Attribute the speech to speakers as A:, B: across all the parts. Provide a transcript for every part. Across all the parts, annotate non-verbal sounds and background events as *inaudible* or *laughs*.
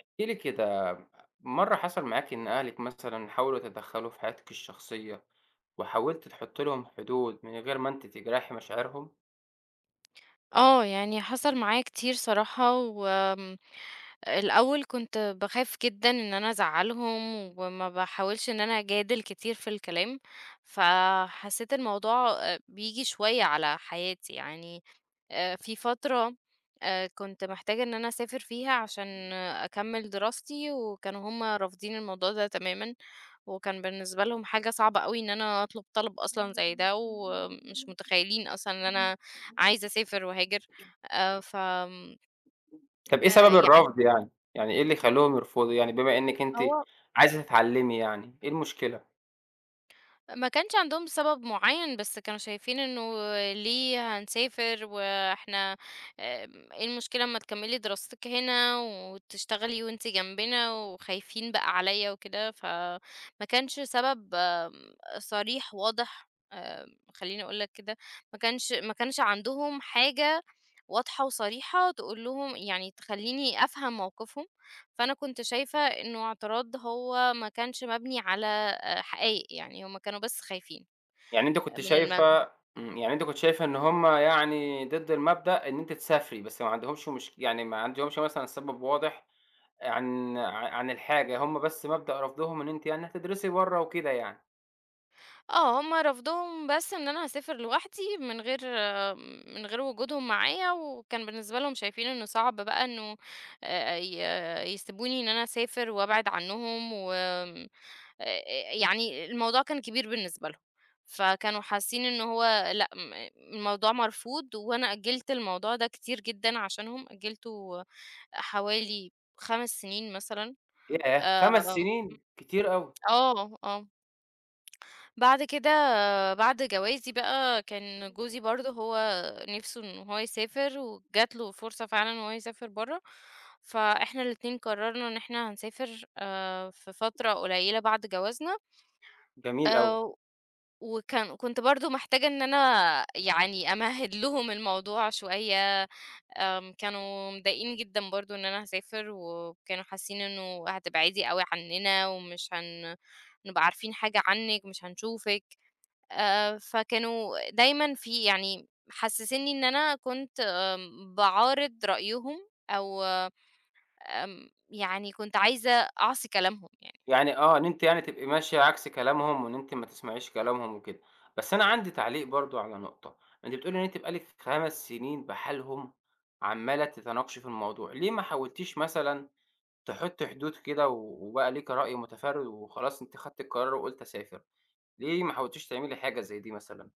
A: احكي لي كده مرة حصل معاك إن أهلك مثلا حاولوا يتدخلوا في حياتك الشخصية وحاولت تحط لهم حدود من غير ما أنت تجرحي مشاعرهم؟
B: آه، يعني حصل معايا كتير صراحة و الأول كنت باخاف جدًا إن أنا أزعّلهم، وما باحاولش إن أنا أجادل كتير في الكلام، فحسيت الموضوع بييجي شوية على حياتي يعني. في فترة كنت محتاجة إن أنا أسافر فيها عشان أكمّل دراستي، وكانوا هُم رافضين الموضوع ده تمامًا، وكان بالنسبة لهم حاجة صعبة أوي إن أنا أطلب طلب أصلًا زي ده، ومش متخيلين أصلًا إن أنا عايزة أسافر وأهاجر. ف آمم،
A: طب إيه سبب
B: يعني
A: الرفض يعني؟ يعني إيه اللي خلاهم يرفضوا؟ يعني بما إنك أنت
B: هو
A: عايزة تتعلمي يعني إيه المشكلة؟
B: ما كانش عندهم سبب معين، بس كانوا شايفين إنه ليه هنسافر وإحنا إيه المشكلة أمّا تكمّلي دراستِك هنا وتشتغلي وأنتِ جنبنا وخايفين بقى عليّا وكده، فما كانش سبب صريح واضح. خلّيني أقول لك كده، ما كانش عندهم حاجة واضحة وصريحة تقول لهم يعني تخلّيني أفهم موقفهم، فأنا كنت شايفة إنه اعتراض هو ما كانش مبني على حقايق يعني، هُم كانوا بس خايفين.
A: يعني أنت كنت
B: من المغ
A: شايفة يعني أنت كنت شايفة إن هما يعني ضد المبدأ إن أنت تسافري بس ما عندهمش مشكلة يعني ما عندهمش مثلا سبب واضح عن الحاجة، هم بس مبدأ رفضهم إن أنتِ يعني هتدرسي برّه وكده يعني.
B: آه، هُم رفضهم بس إن أنا هاسافر لوحدي من غير من غير وجودهم معايا، وكان بالنسبة لهم شايفين إنه صعب بقى إنه ي يسيبوني إن أنا أسافر وأبعد عنهم، وآمم آآ يعني الموضوع كان كبير بالنسبة لهم، فكانوا حاسين إن هو لأ، م الموضوع مرفوض، وأنا أجّلت الموضوع ده كتير جدًا عشانهم، أجّلته حوالي 5 سنين مثلًا.
A: ياه! 5
B: آمم،
A: سنين كتير أوي،
B: آه، آه. بعد كده بعد جوازي بقى كان جوزي برضه هو نِفْسه إن هو يسافر، وجات له فرصة فعلًا إن هو يسافر برّه، فإحنا الاتنين قررنا إن إحنا هنسافر في فترة قليلة بعد جوازنا.
A: جميل أوي.
B: آآ وكان كنت برضه محتاجة إن أنا يعني أمهِّد *laughs* لهم الموضوع شوية. كانوا مضايقين جدًا برضه إن أنا هاسافر، وكانوا حاسين إنه هتبعدي أوي عننا، ومش هنبقى عارفين حاجة عنِّك، مش هنشوفِك. فكانوا دايمًا في يعني محسّسينّي إن أنا كنت باعارض رأيهم أو يعني كنت عايزة أعصي كلامهم يعني.
A: يعني إن أنتِ يعني تبقي ماشية عكس كلامهم وإن أنتِ ما تسمعيش كلامهم وكده. بس أنا عندي تعليق برضه على نقطة، أنتِ بتقولي إن أنتِ بقى لِك 5 سنين بحالهم عمّالة تتناقشي في الموضوع، ليه ما حاولتيش مثلًا تحطّي حدود كده و وبقى ليكِ رأي متفرّد وخلاص أنتِ خدتِ القرار وقُلتِ أسافر، ليه ما حاولتيش تعملي حاجة زي دي مثلًا؟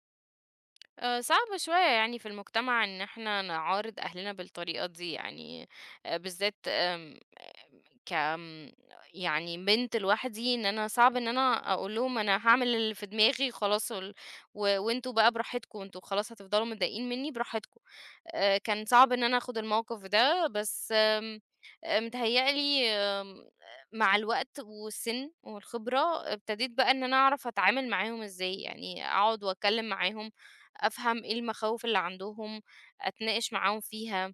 B: صعب شوية يعني في المجتمع إن إحنا نعارض أهلنا بالطريقة دي يعني، بالذات آمم ك آمم، يعني بنت لوحدي، إن أنا صعب إن أنا أقول لهم أنا هاعمل اللي في دماغي خلاص و وأنتم بقى براحتكم، أنتم خلاص هتفضلوا متضايقين منّي براحتكم. كان صعب إن أنا آخد الموقف ده، بس آمم، متهيأ لي مع الوقت والسِن والخبرة، ابتديت بقى إن أنا أعرف أتعامل معاهم إزاي، يعني أقعد وأتكلّم معاهم، أفهم إيه المخاوف اللي عندهم، أتناقش معاهم فيها.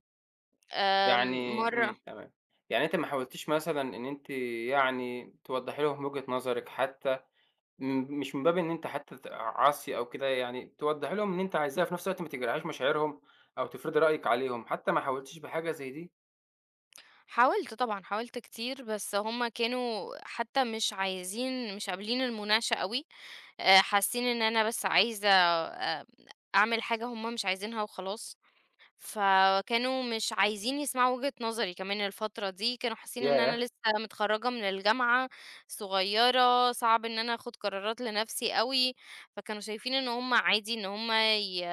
B: آمم،
A: يعني
B: مرّة
A: تمام. يعني أنتِ ما حاولتيش مثلًا إن أنتِ يعني توضّحي لهم وجهة نظرِك حتى، مش من باب إن أنتِ حتى تعاصي أو كده يعني، توضّحي لهم إن أنتِ عايزاها، في نفس الوقت ما تجرحيش مشاعرهم أو تفرضي رأيِك عليهم، حتى ما حاولتيش بحاجة زي دي؟
B: حاولت طبعًا، حاولت كتير، بس هُم كانوا حتى مش عايزين مش قابلين المناقشة أوي، حاسين إن أنا بس عايزة أعمل حاجة هُم مش عايزينها وخلاص. فكانوا مش عايزين يسمعوا وجهة نظري كمان الفترة دي، كانوا حاسين إن أنا
A: ياه!
B: لسه متخرّجة من الجامعة، صغيّرة، صعب إن أنا آخُد قرارات لنَفْسي أوي، فكانوا شايفين إن هم عادي إن هم ي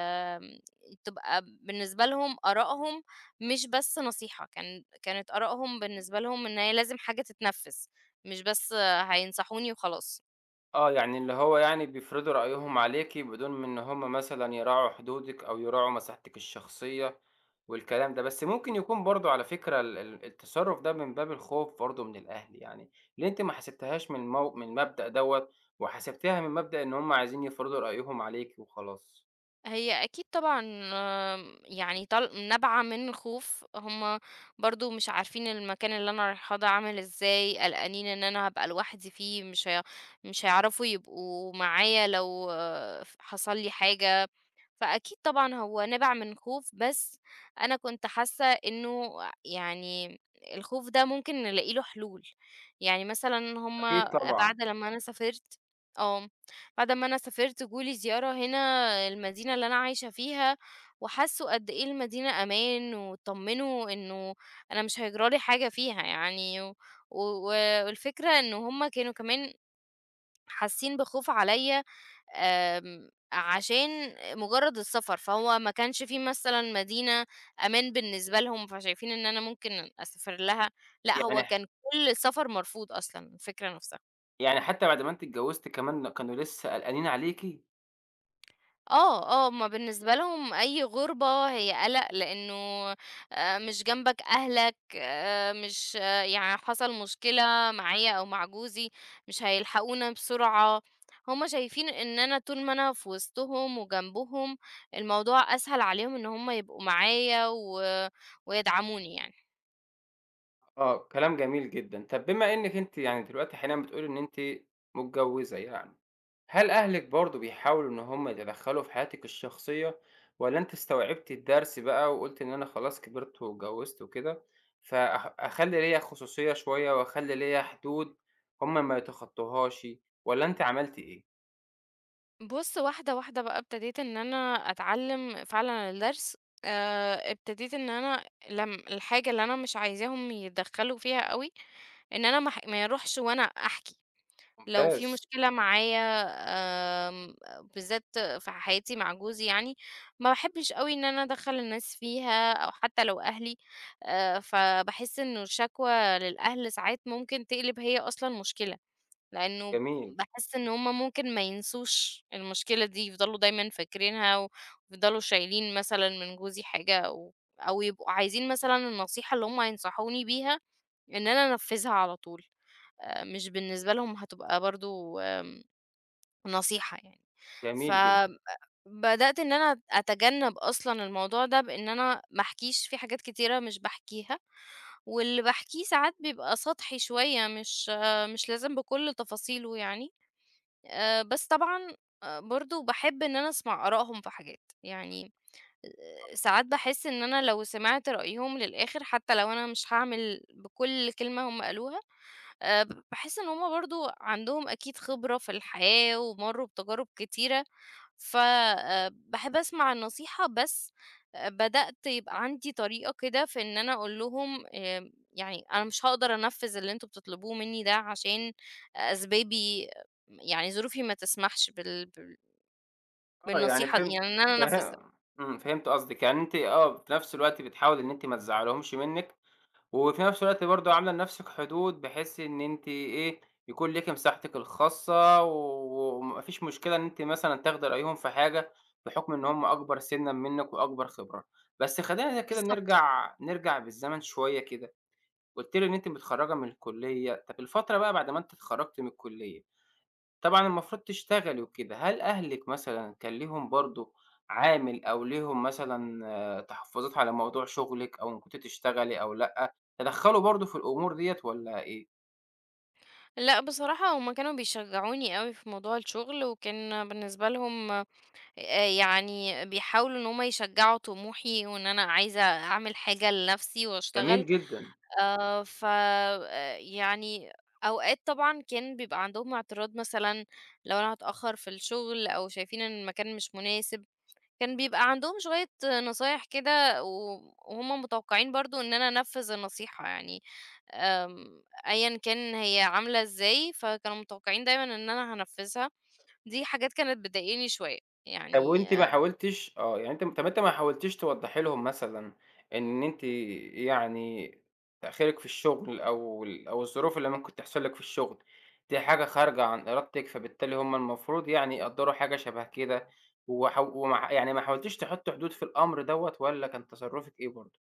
B: تبقى بالنسبة لهم آرائهم مش بس نصيحة، كانت آرائهم بالنسبة لهم إن هي لازم حاجة تتنفِّذ، مش بس هينصحوني وخلاص.
A: آه، يعني اللي هو يعني بيفرضوا رأيهم عليكِ بدون من إن هم مثلًا يراعوا حدودِك أو يراعوا مساحتِك الشخصية والكلام ده، بس ممكن يكون برضه على فكرة ال ال التصرُّف ده من باب الخوف برضه من الأهل يعني، ليه أنتِ ما حسبتيهاش من من المبدأ دوّة وحسبتيها من مبدأ إن هم عايزين يفرضوا رأيهم عليكِ وخلاص؟
B: هي أكيد طبعًا يعني طال نابعة من الخوف، هم برضه مش عارفين المكان اللي أنا رايحاه ده عامل إزاي، قلقانين إن أنا هابقى لوحدي فيه، مش هيعرفوا يبقوا معايا لو آه، ف حصل لي حاجة. فأكيد طبعًا هو نبع من خوف، بس أنا كنت حاسة إنه يعني الخوف ده ممكن نلاقي له حلول. يعني مثلًا هم
A: أكيد طبعًا،
B: بعد لمّا أنا سافرت آه، بعد ما أنا سافرت جُه لي زيارة هنا المدينة اللي أنا عايشة فيها، وحسّوا قد إيه المدينة أمان، واتطمنوا إنه أنا مش هيجرى لي حاجة فيها يعني. و و والفكرة إن هم كانوا كمان حاسين بخوف عليَّ عشان مجرد السفر، فهو ما كانش في مثلًا مدينة أمان بالنسبة لهم، فشايفين إن أنا ممكن أسافر لها. لأ،
A: يعني
B: هو
A: ح
B: كان كل السفر مرفوض أصلًا، الفكرة نفسها.
A: يعني حتى بعد ما أنتِ اتجوزتِ كمان كانوا لسه قلقانين عليكِ؟
B: آه، آه، هُم بالنسبة لهم أي غُربة هي قَلَق، لإنه مش جنبك أهلك، مش آه، يعني حصل مشكلة معايا أو مع جوزي مش هيلحقونا بسرعة. هُم شايفين إن أنا طول ما أنا في وسطهم وجنبهم، الموضوع أسهل عليهم إن هُم يبقوا معايا ويدعموني يعني.
A: آه، كلام جميل جدًا. طَب بما إنِّك أنتِ يعني دلوقتي حاليًا بتقولي إن أنتِ متجوّزة يعني هل أهلك برضه بيحاولوا إن هم يتدخلوا في حياتك الشخصية والّا أنتِ استوعبتِ الدرس بقى وقُلتِ إن أنا خلاص كبرت واتجوزت وكده، أخلّي ليّا خصوصية شوية وأخلّي ليّا حدود هم ما يتخطوهاش، والّا أنتِ عملتِ إيه؟
B: بُص، واحدة، واحدة بقى ابتديت إن أنا أتعلّم فعلًا الدرس. ابتديت إن أنا لم الحاجة اللي أنا مش عايزاهم يتدخّلوا فيها أوي إن أنا ما أروحش وأنا أحكي لو في
A: ممتاز،
B: مشكلة معايا. آمم، بالذات في حياتي مع جوزي يعني، ما باحبش أوي إن أنا أدخّل الناس فيها أو حتى لو أهلي. فباحس إنه الشكوى للأهل ساعات ممكن تقلب هي أصلًا مشكلة، لإنه
A: جميل،
B: باحس إن هُم ممكن ما ينسوش المشكلة دي، يفضلوا دايمًا فاكرينها ويفضلوا شايلين مثلًا من جوزي حاجة، أو يبقوا عايزين مثلًا النصيحة اللي هُم هينصحوني بيها إن أنا أنفّذها على طول. مش بالنسبة لهم هتبقى برضه نصيحة يعني.
A: جميل جدا.
B: فبدأت إن أنا أتجنب أصلًا الموضوع ده بإن أنا ما أحكيش، في حاجات كتيرة مش باحكيها، واللي باحكيه ساعات بيبقى سطحي شوية مش مش لازم بكل تفاصيله يعني. بس طبعًا برضه باحب إن أنا أسمع آرائهم في حاجات، يعني ساعات باحس إن أنا لو سمعت رأيهم للآخر حتى لو أنا مش هاعمل بكل كلمة هم قالوها، ب باحس إن هُم برضه عندهم أكيد خبرة في الحياة ومرّوا بتجارب كتيرة، ف باحب أسمع النصيحة. بس بدأت يبقى عندي طريقة كده في إن أنا أقول لهم يعني أنا مش هاقدر أنفّذ اللي أنتم بتطلبوه منّي ده عشان أسبابي، يعني ظروفي ما تسمحش
A: آه، يعني
B: بالنصيحة دي،
A: فهمت
B: يعني إن أنا أنفّذ
A: فه
B: ده.
A: إمم، فهمت قصدِك، يعني أنتِ في نفس الوقت بتحاولي إن أنتِ ما تزعّليهمش منِّك وفي نفس الوقت برضه عاملة لنفسِك حدود، بحيث إن أنتِ إيه، يكون ليكِ مساحتِك الخاصة، وما فيش مشكلة إن أنتِ مثلًا تاخدي رأيهم في حاجة، بحكم إن هُم أكبر سِنًا منِّك وأكبر خبرة. بس خلّينا كده
B: بالضبط.
A: نرجع نرجع بالزمن شوية كده، قُلتِ لي إن أنتِ متخرّجة من الكلية، طَب الفترة بقى بعد ما أنتِ اتخرّجتِ من الكلية، طبعًا المفروض تشتغلي وكده، هل أهلِك مثلًا كان ليهم برضه عامل أو ليهم مثلًا تحفُّظات على موضوع شُغلِك أو إن كنتِ تشتغلي أو لأ، تدخّلوا برضه في الأمور ديّة والّا إيه؟
B: لأ، بصراحة هُم كانوا بيشجعوني أوي في موضوع الشغل، وكان بالنسبة لهم يعني بيحاولوا إن هُم يشجّعوا طموحي وإن أنا عايزة أعمل حاجة لنفسي وأشتغل.
A: جميل جدًا.
B: ف يعني أوقات طبعًا كان بيبقى عندهم اعتراض مثلًا لو أنا هاتأخّر في الشغل أو شايفين إن المكان مش مناسب، كان بيبقى عندهم شوية نصايح كده، وهُم متوقّعين برضه إن أنا أنفّذ النصيحة يعني، أيًا كان هي عاملة إزاي، فكانوا متوقّعين دايمًا إن أنا هانفّذها. دي حاجات كانت بتضايقني شوية،
A: طب
B: يعني
A: وأنتِ ما حاولتيش توضّحي لهم مثلًا إن أنتِ يعني تأخيرِك في الشغل أو ال أو الظروف اللي ممكن تحصل لِك في الشغل دي حاجة خارجة عن إرادتِك، فبالتالي هم المفروض يعني يقدّروا حاجة شبه كده، وحاو وما ح يعني ما حاولتيش تحطّي حدود في الأمر دوّة والّا كان تصرُّفِك إيه برضه؟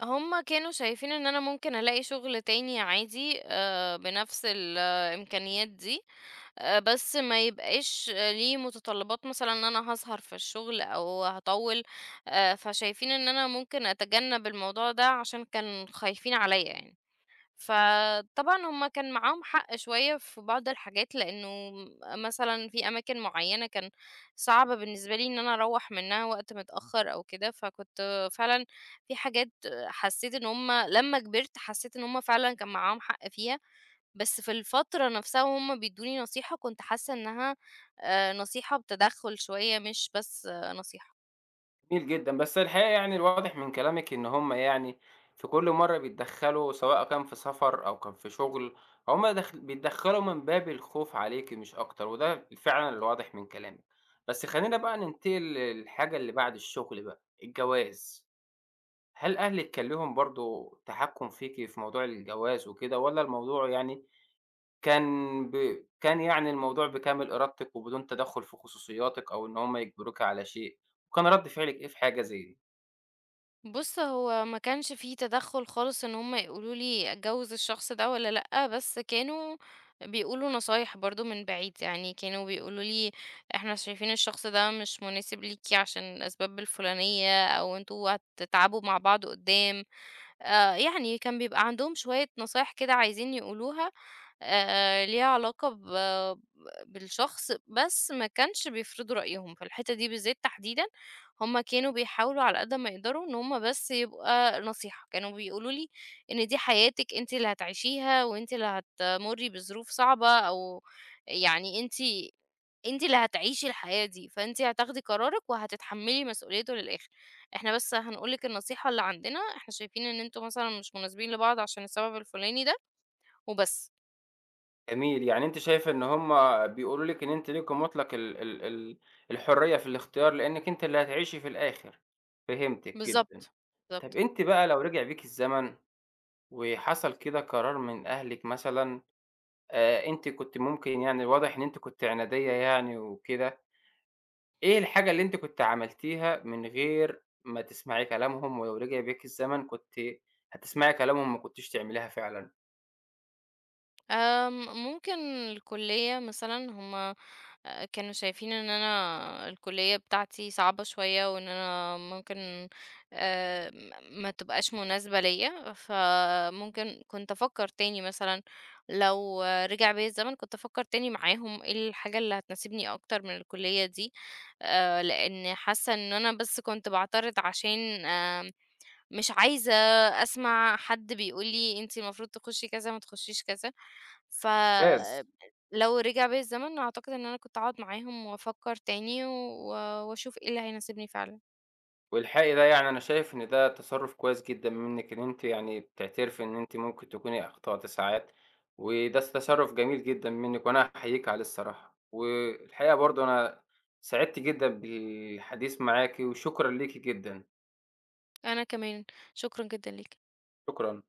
B: هُم كانوا شايفين إن أنا ممكن ألاقي شغل تاني عادي بنفس الإمكانيات دي، بس ما يبقاش ليه متطلبات مثلًا إن أنا هاسهر في الشغل أو هاطوّل. فشايفين إن أنا ممكن أتجنب الموضوع ده عشان كانوا خايفين عليّا يعني. فطبعًا هُم كان معاهم حق شوية في بعض الحاجات، لإنه مثلًا في أماكن معيّنة كان صعب بالنسبة لي إن أنا أروّح منها وقت متأخّر أو كده، فكنت فعلًا في حاجات حسّيت إن هُم لمّا كبرت حسّيت إن هُم فعلًا كان معاهم حق فيها، بس في الفترة نَفْسها وهُم بيدّوني نصيحة كنت حاسّة إنها نصيحة بتدخُّل شوية مش بس نصيحة.
A: جميل جدًا، بس الحقيقة يعني الواضح من كلامِك إن هُم يعني في كل مرّة بيتدخّلوا سواء كان في سفر أو كان في شغل، هُم داخل بيتدخّلوا من باب الخوف عليكِ مش أكتر، وده فعلًا اللي واضح من كلامِك. بس خلّينا بقى ننتقل للحاجة اللي بعد الشغل بقى، الجواز. هل أهلِك كان ليهم برضه تحكُّم فيكِ في موضوع الجواز وكده والّا الموضوع يعني كان يعني الموضوع بكامل إرادتِك وبدون تدخُّل في خصوصياتِك أو إن هُم يجبروكِ على شيء؟ وكان رَد فعلِك إيه في حاجة زي دي؟
B: بُص، هو ما كانش في تدخُّل خالص إن هم يقولوا لي أتجوّز الشخص ده والّا لأ، بس كانوا بيقولوا نصايح برضه من بعيد. يعني كانوا بيقولوا لي: "إحنا شايفين الشخص ده مش مناسب ليكِ عشان الأسباب الفُلانية، أو أنتم هتتعبوا مع بعض قُدّام." يعني كان بيبقى عندهم شوية نصايح كده عايزين يقولوها ليها علاقة بالشخص، بس ما كانش بيفرضوا رأيهم. في الحتّة دي بالذات تحديدًا هم كانوا بيحاولوا على قد ما يقدروا إن هم بس يبقى نصيحة، كانوا بيقولوا لي إن دي حياتِك أنتِ اللي هتعيشيها، وأنتِ اللي هتمُرّي بظروف صعبة، أو يعني أنتِ اللي هتعيشي الحياة دي، فأنتِ هتاخدي قرارِك وهتتحمّلي مسؤوليته للآخر. إحنا بس هنقول لِك النصيحة اللي عندنا، إحنا شايفين إن أنتم مثلًا مش مناسبين لبعض عشان السبب الفُلاني ده وبس.
A: جميل، يعني أنتِ شايفة إن هُم بيقولوا لِك إن أنتِ ليكِ مطلق ال ال ال الحرية في الاختيار لإنِّك أنتِ اللي هتعيشي في الآخر، فهمتِك جدًا.
B: بالضبط،
A: طَب
B: بالضبط.
A: أنتِ بقى لو رجع بيكِ الزمن وحصل كده قرار من أهلِك مثلًا، أنتِ كنتِ ممكن يعني واضح إن أنتِ كنتِ عنادية يعني وكده، إيه الحاجة اللي أنتِ كنتِ عملتيها من غير ما تسمعي كلامهم ولو رجع بيكِ الزمن كنتِ هتسمعي كلامهم وما كنتيش تعمليها فعلًا؟
B: ممكن الكلية مثلًا. هُم كانوا شايفين إن أنا الكلية بتاعتي صعبة شوية، وإن أنا ممكن م ما تبقاش مناسبة ليّا، فممكن كنت أفكّر تاني. مثلًا لو رجع بيّا الزمن كنت أفكّر تاني معاهم إيه الحاجة اللي هتناسبني أكتر من الكلية دي، لإن حاسة إن أنا بس كنت باعترض عشان مش عايزة أسمع حد بيقول لي أنتِ المفروض تخشي كذا ما تخشيش كذا. ف
A: ممتاز.
B: لو رجع بيا الزمن أعتقد إن أنا كنت هاقعد معاهم وأفكر تاني وأشوف إيه اللي هيناسبني فعلًا.
A: والحقي ده يعني أنا شايف إن ده تصرُّف كويس جدًا منِّك، إن أنتِ يعني بتعترفي إن أنتِ ممكن تكوني أخطأتِ ساعات، وده تصرُّف جميل جدًا منِّك وأنا أحييكِ عليه الصراحة. والحقيقة برضه أنا سعدت جدًا بالحديث معاكِ وشكرًا ليكِ جدًا،
B: أنا كمان، شكرًا جدًا ليك.
A: شكرًا.